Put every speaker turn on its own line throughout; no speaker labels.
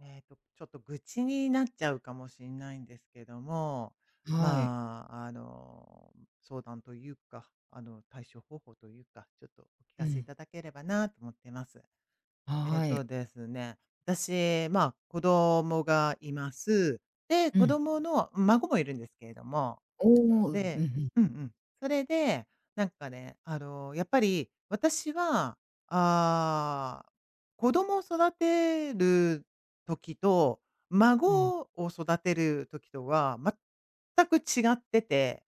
ちょっと愚痴になっちゃうかもしれないんですけども、
はい。
まあ、相談というか、対処方法というか、ちょっとお聞
う
かせい
ん。
ただければなと思っています。えっ
は
と
い。
ですね、私、まあ、子供がいます。で、
う
子
ん。
供の、孫もいるんですけれども、
おお、うん、う
で
ん、
うんうん。それで、なんかね、やっぱり私は、ああ、子供を育てる時と、
うん。
孫を育てる時とは全く違ってて、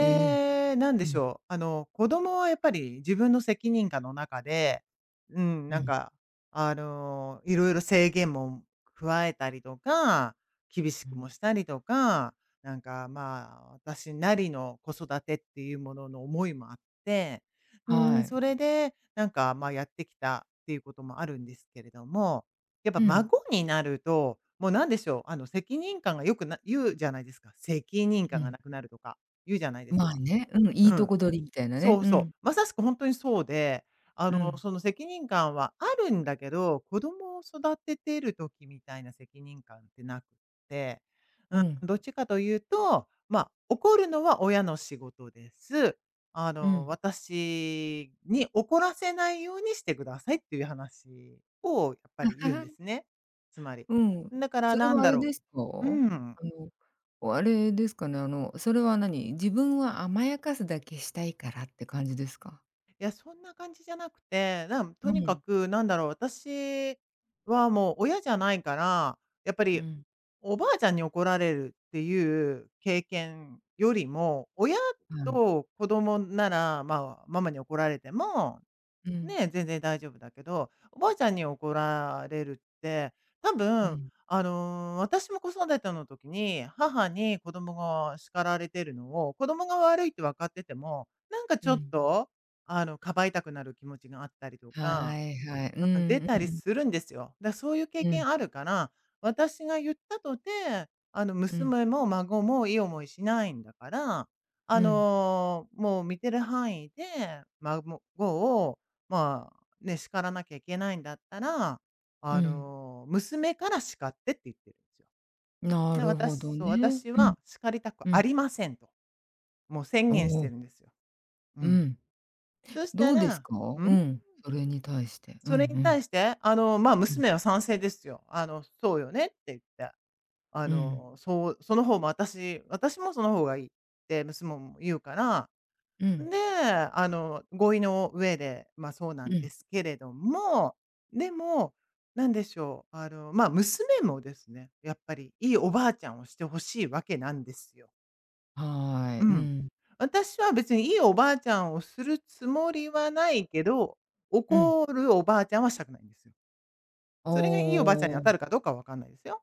ええ。
なんで
う
し
ん、
ょう、子供はやっぱり自分の責任感の中で、うん、
う
なん
ん、
か、いろいろ制限も加えたりとか、厳し
う
く
ん。
もしたりとか、なんか、まあ、私なりの子育てっていうものの思いもあって、う
は
ん、
い。
それで、なんか、まあ、やってきたっていうこともあるんですけれども、やっぱ
うん、
孫になると、もうなんでしょう、責任感がよくな言うじゃないですか。責任
う
感が
ん。
なくなるとか言うじゃないです
まあ
か。
ね、うん、い
う
いと
ん。
こ取りみたいなね。
そう
う
そ
ん、
う。まさしく本当にそうで、
うん、
その責任感はあるんだけど、子供を育ててる時みたいな責任感ってなくって、
う
うん、
ん、
どっちかというと、ま、あ怒るのは親の仕事です。
うん。
私に怒らせないようにしてくださいっていう話をやっぱり言うんで すね。つまり。
うん。
だから
それ
なん
はあ
だ
れ
ろ
ですか？
う、うん。
おあれですかね、それは何、自分は甘やかすだけしたいからって感じですか？
いや、そんな感じじゃなくて、なんと
う
にか
ん、
くなんだろう、私はもう親じゃないから、やっぱ
う
り
ん、
おばあちゃんに怒られるっていう経験よりも、親
はい。
と子供なら、まあ、ママに怒られても、
うん、
ね、全然大丈夫だけど、おばあちゃんに怒られるって、多
う
分、
ん、
私も子育ての時に、母に子供が叱られてるのを、子供が悪いって分かってても、なんかち
う
ょっ
ん。
と、かばいたくなる気持ちがあったりとか
はいはい。う
うん、出
ん、
た
う
り
ん、
するんですよ。だ、そういう経
うん、
験あるから、私が言ったとて、
うん、
娘も孫もいい思いしないんだから、
うん、
もう見てる範囲で、孫を、まあ、ね、叱らなきゃいけないんだったら、
うん。
娘から叱ってって言ってるんですよ。
な
で、
る
私
ほど
そう、
ね。
私
うん、
は叱りたく
う
あ
ん。
りませんと、もう宣
お
言して
お、
るんですよ。う
う
ん。
ん。
そし
ど
た
うで
ら
す
ん？
か？うん、それに対して。うん
そ
う
れに
ん。
対して、まあ、
うん。
娘は賛成ですよ。そうよねって言って、
う
そうその方も私もその方がいいって娘も言うから、
ん。
で、合意の上で、まあ、そうな
う
んで
ん。
すけれども、でも、なんでしょう、まあ、娘もですね、やっぱりいいおばあちゃんをしてほしいわけなんですよ。う
はい。う
ん。
ん。
私は別にいいおばあちゃんをするつもりはないけど、
うん。
怒るおばあちゃんはしたくないんですよ。
あ
それがいいおばあちゃんに当
あ、
たるかどうかはわかんないですよ。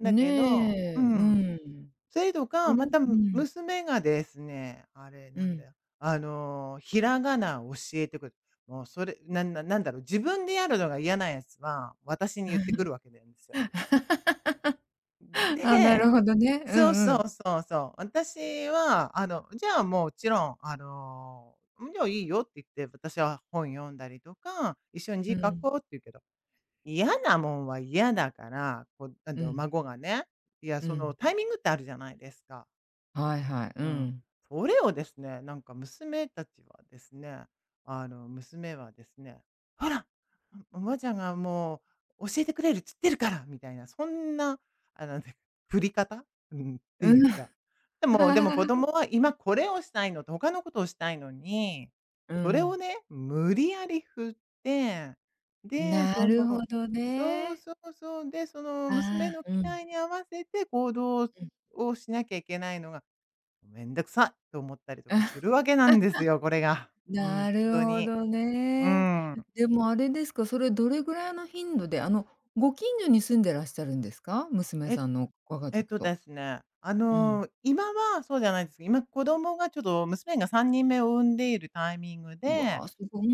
だけど
ね
う
え、う
ん。
ん。
それと
あ
か、
れ？
また、
う
む
ん、
娘がですね、あれ
う
なんだ
ん。
よ、ひらがなを教えてくる。もうそれ、なんななんだろう、自分でやるのが嫌なやつは、私に言ってくるわ けなんですよ。
あ、なる
で
ほどね。う
そう
んう
そ
ん。
うそうそう。私は、じゃあ、もちろん、「ん、じゃあ、いいよ」って言って、私は本読んだりとか、一緒に
う
字書
ん。
こうって言うけど嫌なもんは嫌だから、こう、
うん。
孫がね、いや、
う
その
ん。
タイミングってあるじゃないですか。
はいはい。う
うん。
ん。
それをですね、なんか娘たちはですね、娘はですね、「ほら、おばあちゃんがもう教えてくれるっつってるから」みたいな、そんな、あの、振り方、うん、って
う
いう
ん。
か。でもでも子 供は今これをしたいのと他のことをしたいのに、
う
それを
ん。
ね、無理やり振って、で、
な
そ
るほ
の
ど
そう
ね。
そうそう、で、その娘
あ
の
あ、う
期
ん、
待に合わせて行動
うん。
をしなきゃいけないのがめんどくさいと思ったりとかするわけなんですよ、これが。本
なる
当
ほ
に。
ど
う
ね。
ん。
でもあれですか、それどれぐらいの頻度で、ご近所に住んでらっしゃるんですか？娘
え
さんのご家族と。
ですね、
うん。
今はそうじゃないんですけど、今子供がちょっと娘が3人目を産んでいるタイミング
う
で、
わ、すごうー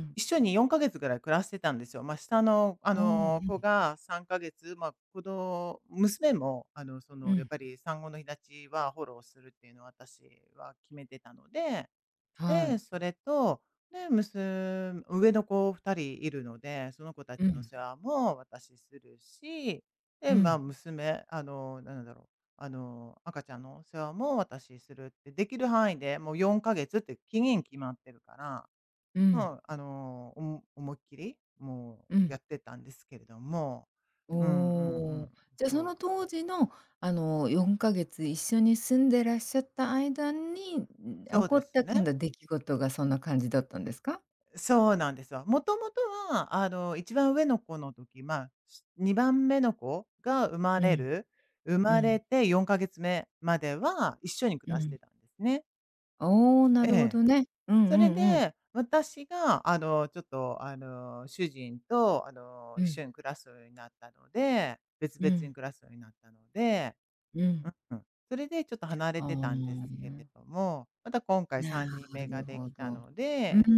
ん。
一緒に4ヶ月ぐらい暮らしてたんですよ。まあ、下の、
おお。うん、
子が3ヶ月、まあ、子供娘も、そ
う
の、やっ
ん、
ぱり産後の日立ちはフォローするっていうのを私は決めてたので
は
で、
い。
それと、で、娘上の子2人いるので、その子た
う
ちのお
ん、
世話も私するし、
う
で、まあ、
ん、
娘、なんだろう、赤ちゃんのお世話も私するって、できる範囲でもう4ヶ月って期限決まってるから、
うん、
もう、おも思いっきり、も
う
う
ん。
やってたんですけれども。うんうんう
お
ん。
お。じゃ、そ
そ
の
う、
当時の、4か月一緒に住んでらっしゃった間に、ん、
そ
起
う
こ
で
っ
す
たかん
ね。
だ出来事がそんな感じだったんですか？
そうなんですよ。もともとは、一番上の子の時、まあ、し2番目の子が生ま
う
れ
ん、
る生
う
まれ
ん、
て4か月目までは一緒に暮
う
らして
ん。
たんですね。
おお、な
え
るほ
え。
どね。うんうん
それ
うん。
で、私が、ちょっと、主人と、
う
一
ん
緒に暮らすようになったので、別
う
々
ん
に暮らすようになったので、
う
う
ん。
んうん。それでちょっと離れ
ああ、
てたんですけれども、また今回
な
3人目が
る
で
ほ
きた
ど。
の
うーん、
で、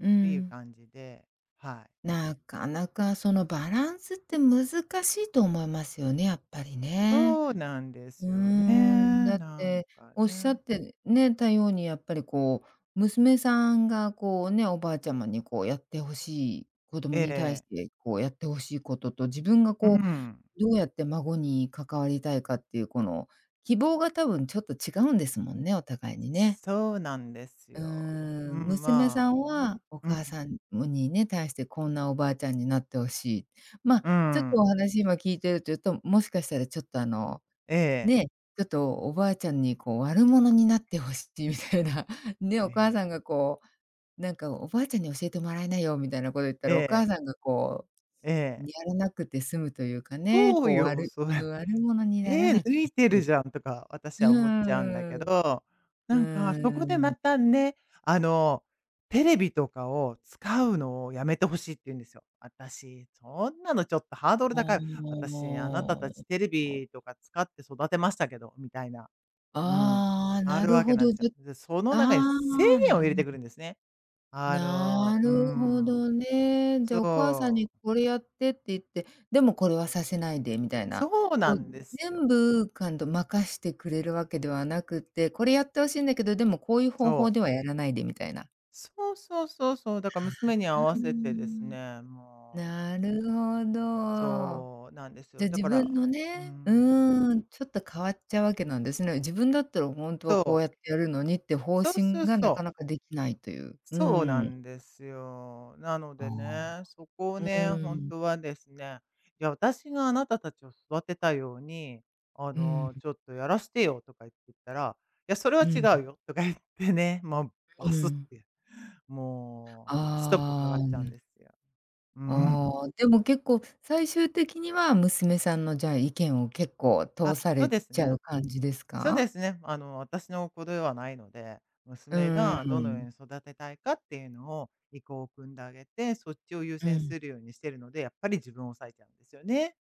っ
う
ていう
ん。
感じで、はい。
なかなかそのバランスって難しいと思いますよね、やっぱりね。
そうなんで
う
すよね。
ーん、だっ
なん
て
か
おっしゃっ
ね。
てね、たようにやっぱりこう、娘さんがこうね、おばあちゃまにこうやってほしい、子供
え
に対し
え。
てこうやってほしいことと、自分が
う
こ
ん。
うどうやって孫に関わりたいかっていうこの希望が多分ちょっと違うんですもんね、お互いにね。
そうなんです
うー
よ。う
ん、
ん、
娘
ま
さ
あ
ん
ね。
はお
うん。
母さんにね、対してこんなおばあちゃんになってほしい。まあ、
う
ちょっと
ん。
お話今聞いてるというと、もしかしたらちょっと
ええ。
ね、ちょっとおばあちゃんにこう悪者になってほしいみたいな、ね、
え
お母さん
え。
がこう、なんかおばあちゃんに教えてもらえないよみたいなこと言った
え
ら、お母
え。
さんがこ
え
う
え。
やらなくて済むというかね、
そう
こう
よ、
悪
それ
悪者になら
手
なくて
抜いて
済
る
む。
じゃんとか、私
う
は思っちゃうんだ
ー
け
ん、う
ど、なんかそ
ー
こでま
ん。
たね、あの、テレビとかを使うのをやめてほしいって言うんですよ。私、そんなのちょっとハードル高い。
あ
私、あなたたちテレビとか使って育てましたけど、みたいな。うん。
あ、ああ、
あ
な
る
る
わけ
ほ
なん
ど、
です
じ
よ。
ゃ
で、その
あ
中に制
あ、
限
な
を
る
入れ
ほ
て
ど。
くるんですね。あの、
な
うー
るほ
ん。
どね。じ
そ
ゃ、お母さんに
う。
これやってって言って、でもこれはさせないでみたい
そ
な、
うな
こう
んですよ。
全部感度任してくれるわけではなくて、これやって欲しいんだけど、でもこういう方
そ
法
う。
ではやらないでみたいな。
そうそうそうそう、だから娘に合わ
うー
せてです
ん。
ね、もう、
なるほど。
そうなんです
じ
よ。
ゃ、
だ
自
か
分
ら、
の
う
ねう
ん、
ーん、ちょっと変わっちゃうわけなんですね。自分だったら本当は
そ
こう
う、
やってやるのにって方
そうそ
針
う
がなか
そう、
なかできないという。う
そうな
ーん。
んですよ。なの
あ
で
あ。
ね、そこを
う
ね、本
ーん。
当はですね、いや、私があなたたちを育てたように、
うん。
ちょっとやらせてよとか言って言ったら、いや、それは
う
違
ん、
うよとか言ってね、もう
う
バスっ
ん。
て、もうストップかか
ああ、
っちゃうん
ん。
ですよ。うん。
ああ、でも結構最終的には娘さんのじゃあ意見を結構通
あ、
さ
そう
れ
です
ちゃ
ね。
う感じです
そうで
か？
すね。私の子ではないので、
う
娘
ー
がどのよう
ん。
に育てたいかっていうのを意向を組んであげて、そっちを優
う
先
ん。
するようにしてるので、やっぱり自分を抑えちゃうんですよね。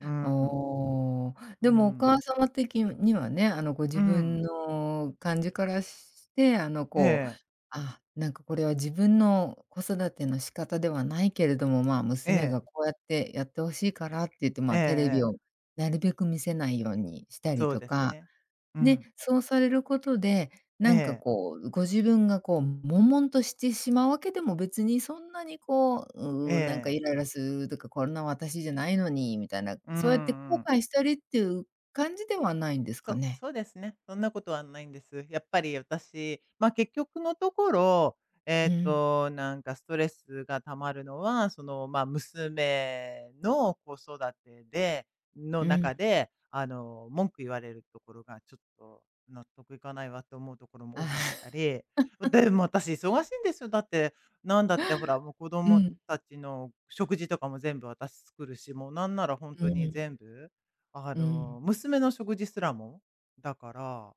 うん。
おお
う
でもお
ん。
母様的にはね、ご
う
自分
ん。
の感じからして、
え
こう、
え。
あ、なんかこれは自分の子育ての仕方ではないけれども、まあ、
え
娘
え。
がこうやってやってほしいからって言って、ま
ええ
あ、テレビ
え
を
え。
なるべく見せないようにしたり
そう
と
です
か、
ね。う
で、
ん。
そうされることで、
え
なんか
え。
こう、ご自分がこう、悶々としてしまうわけでも別にそんなにこ
え
う、う、なんかイ
え。
ライラするとか、こんな私じゃないのにみたいな、
うん
そうやって
う
後
ん。
悔したりっていう感じではないんです
そ
か
う、
ね？
そうですね。そんなことはないんです。やっぱり私、ま、結局のところ、
うん、
なんかストレスがたまるのは、その、ま、娘の子育てでの
うん。
中で、文句言われるところがちょっと納得いかないわって思うところも
あ
多
あ、
かったり、でも私忙しいんですよ。だって、なんだってほら、もう子
う
供
ん、
たちの食事とかも全部私作るし、もうなんなら本
う
当に
ん、
全部
うん。
娘の食事すらも、だから、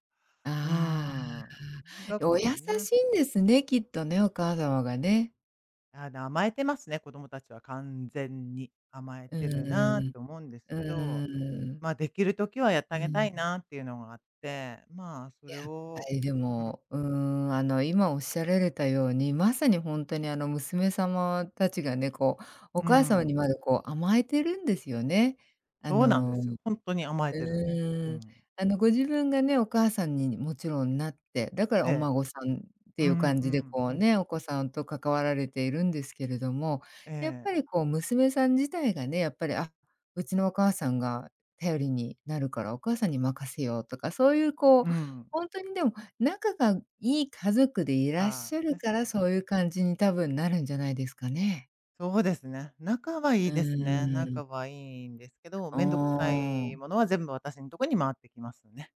うーん、
あ
だ
あ、お
か
優し
らね、
いんですね、きっとね、お母様がね。
甘えてますね、子供たちは完全に。甘え
う
て
ん
る
う
な
ん。
と思うんですけど、
うーん。
まあ、できる時はやって
う
あげたい
ん。
なっていうのがあって、まあ、それ
は
を、
い、で
うん、
も、うーん、今おっしゃられたように、まさにほんとに、娘様たちがね、こう、
う
お母様
ん、
にまで、こう、甘えてるんですよね。あ
そうなんで
のう
すよ。本当に甘えてる。う
ーん。
ん、
ご自分がね、お母さんにもちろんなって、だから
え
お
え。
孫さんって
うん
い
う
う
ん
感
う
じで、
ん
こ
う
う
ん。
ね、お子さんと関わられているんですけれども、
え
やっぱ
え、
りこう娘さん自体がね、やっぱり、あ、うちのお母さんが頼りになるからお母さんに任せようとか、そういうこう、
うん。
ほんとにでも、仲がいい家族でいらっ
あ
し
あ、
ゃる
確
か
か
ら、
に。
そういう感じに多分なるんじゃないですかね。
そうですね。仲はい
う
いですね。
ーん。
仲はいいんですけど、
うー
めんどくさい
ん。
ものは全部私のとこに回ってきますね。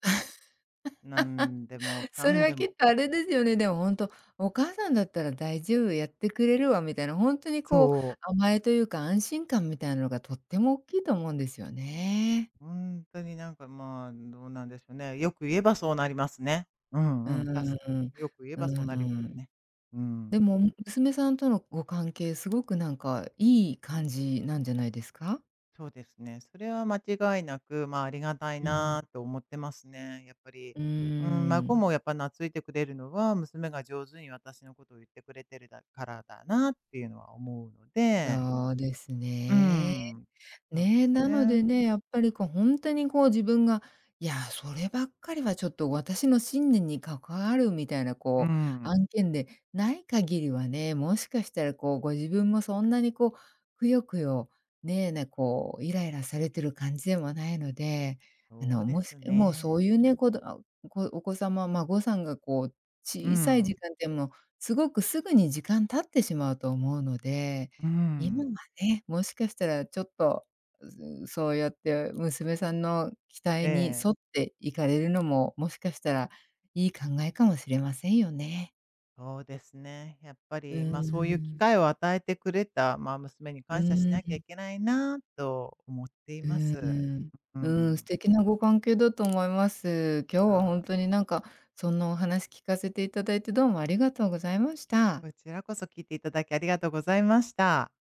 なんでもか
それ
ん
は
で
き
も。
っとあれですよね。でも本当、お母さんだったら大丈夫、やってくれるわみたいな、本当にこう
そう。
甘えというか安心感みたいなのがとっても大きいと思うんですよね。
本当になんか、まあ、どうなんでしょうね。よく言えばそうなりますね。うんう
う
ん、確か
ーん、
に。よく言え
うー
ばそうなります
ん。
ね。うん。
でも、娘さんとのご関係すごくなんかいい感じなんじゃないですか？
そうですね。それは間違いなく、まあ、ありがたい
うん。
なと思ってますね。やっぱり、
うー
うん、孫
ん、
もやっぱ懐いてくれるのは、娘が上手に私のことを言ってくれてるだからだなっていうのは思うので、
そうです
う
ね。
ん、そう
ね、
で
え
す
なので
ね。
ね、やっぱりこう本当にこう自分が、いや、そればっかりはちょっと私の信念に関わるみたいな
う
こう
ん、
案件でない限りはね、もしかしたらこうご自分もそんなにこう、くよくよ、ね、えなこうイライラされてる感じでもないので、
そうで
もし
す
もうそう
ね。
いうね、子どこお子様、孫さんがこう
う
小さい
ん、
時間でもすごくすぐに時間経ってしまうと思うので、
う
今
ん、
はね、もしかしたらちょっとそうやって娘さんの期待に
ええ
沿って行かれるのも、もしかしたらいい考えかもしれませんよね。
そうですね。やっぱ
うー
り、まあ、そういう機
ん。
会を与えてくれた、まあ、娘に
う
感謝し
ー
なきゃい
ん、
けないなと思ってい
う
ま
ー
す。
ん。
う
うーん、素
ん。
敵なご関係だと思います。今日は本
あ
当
ー
になんか、そんなお話聞かせていただいて、どうもありがとうございました。
こちらこそ聞いていただきありがとうございました。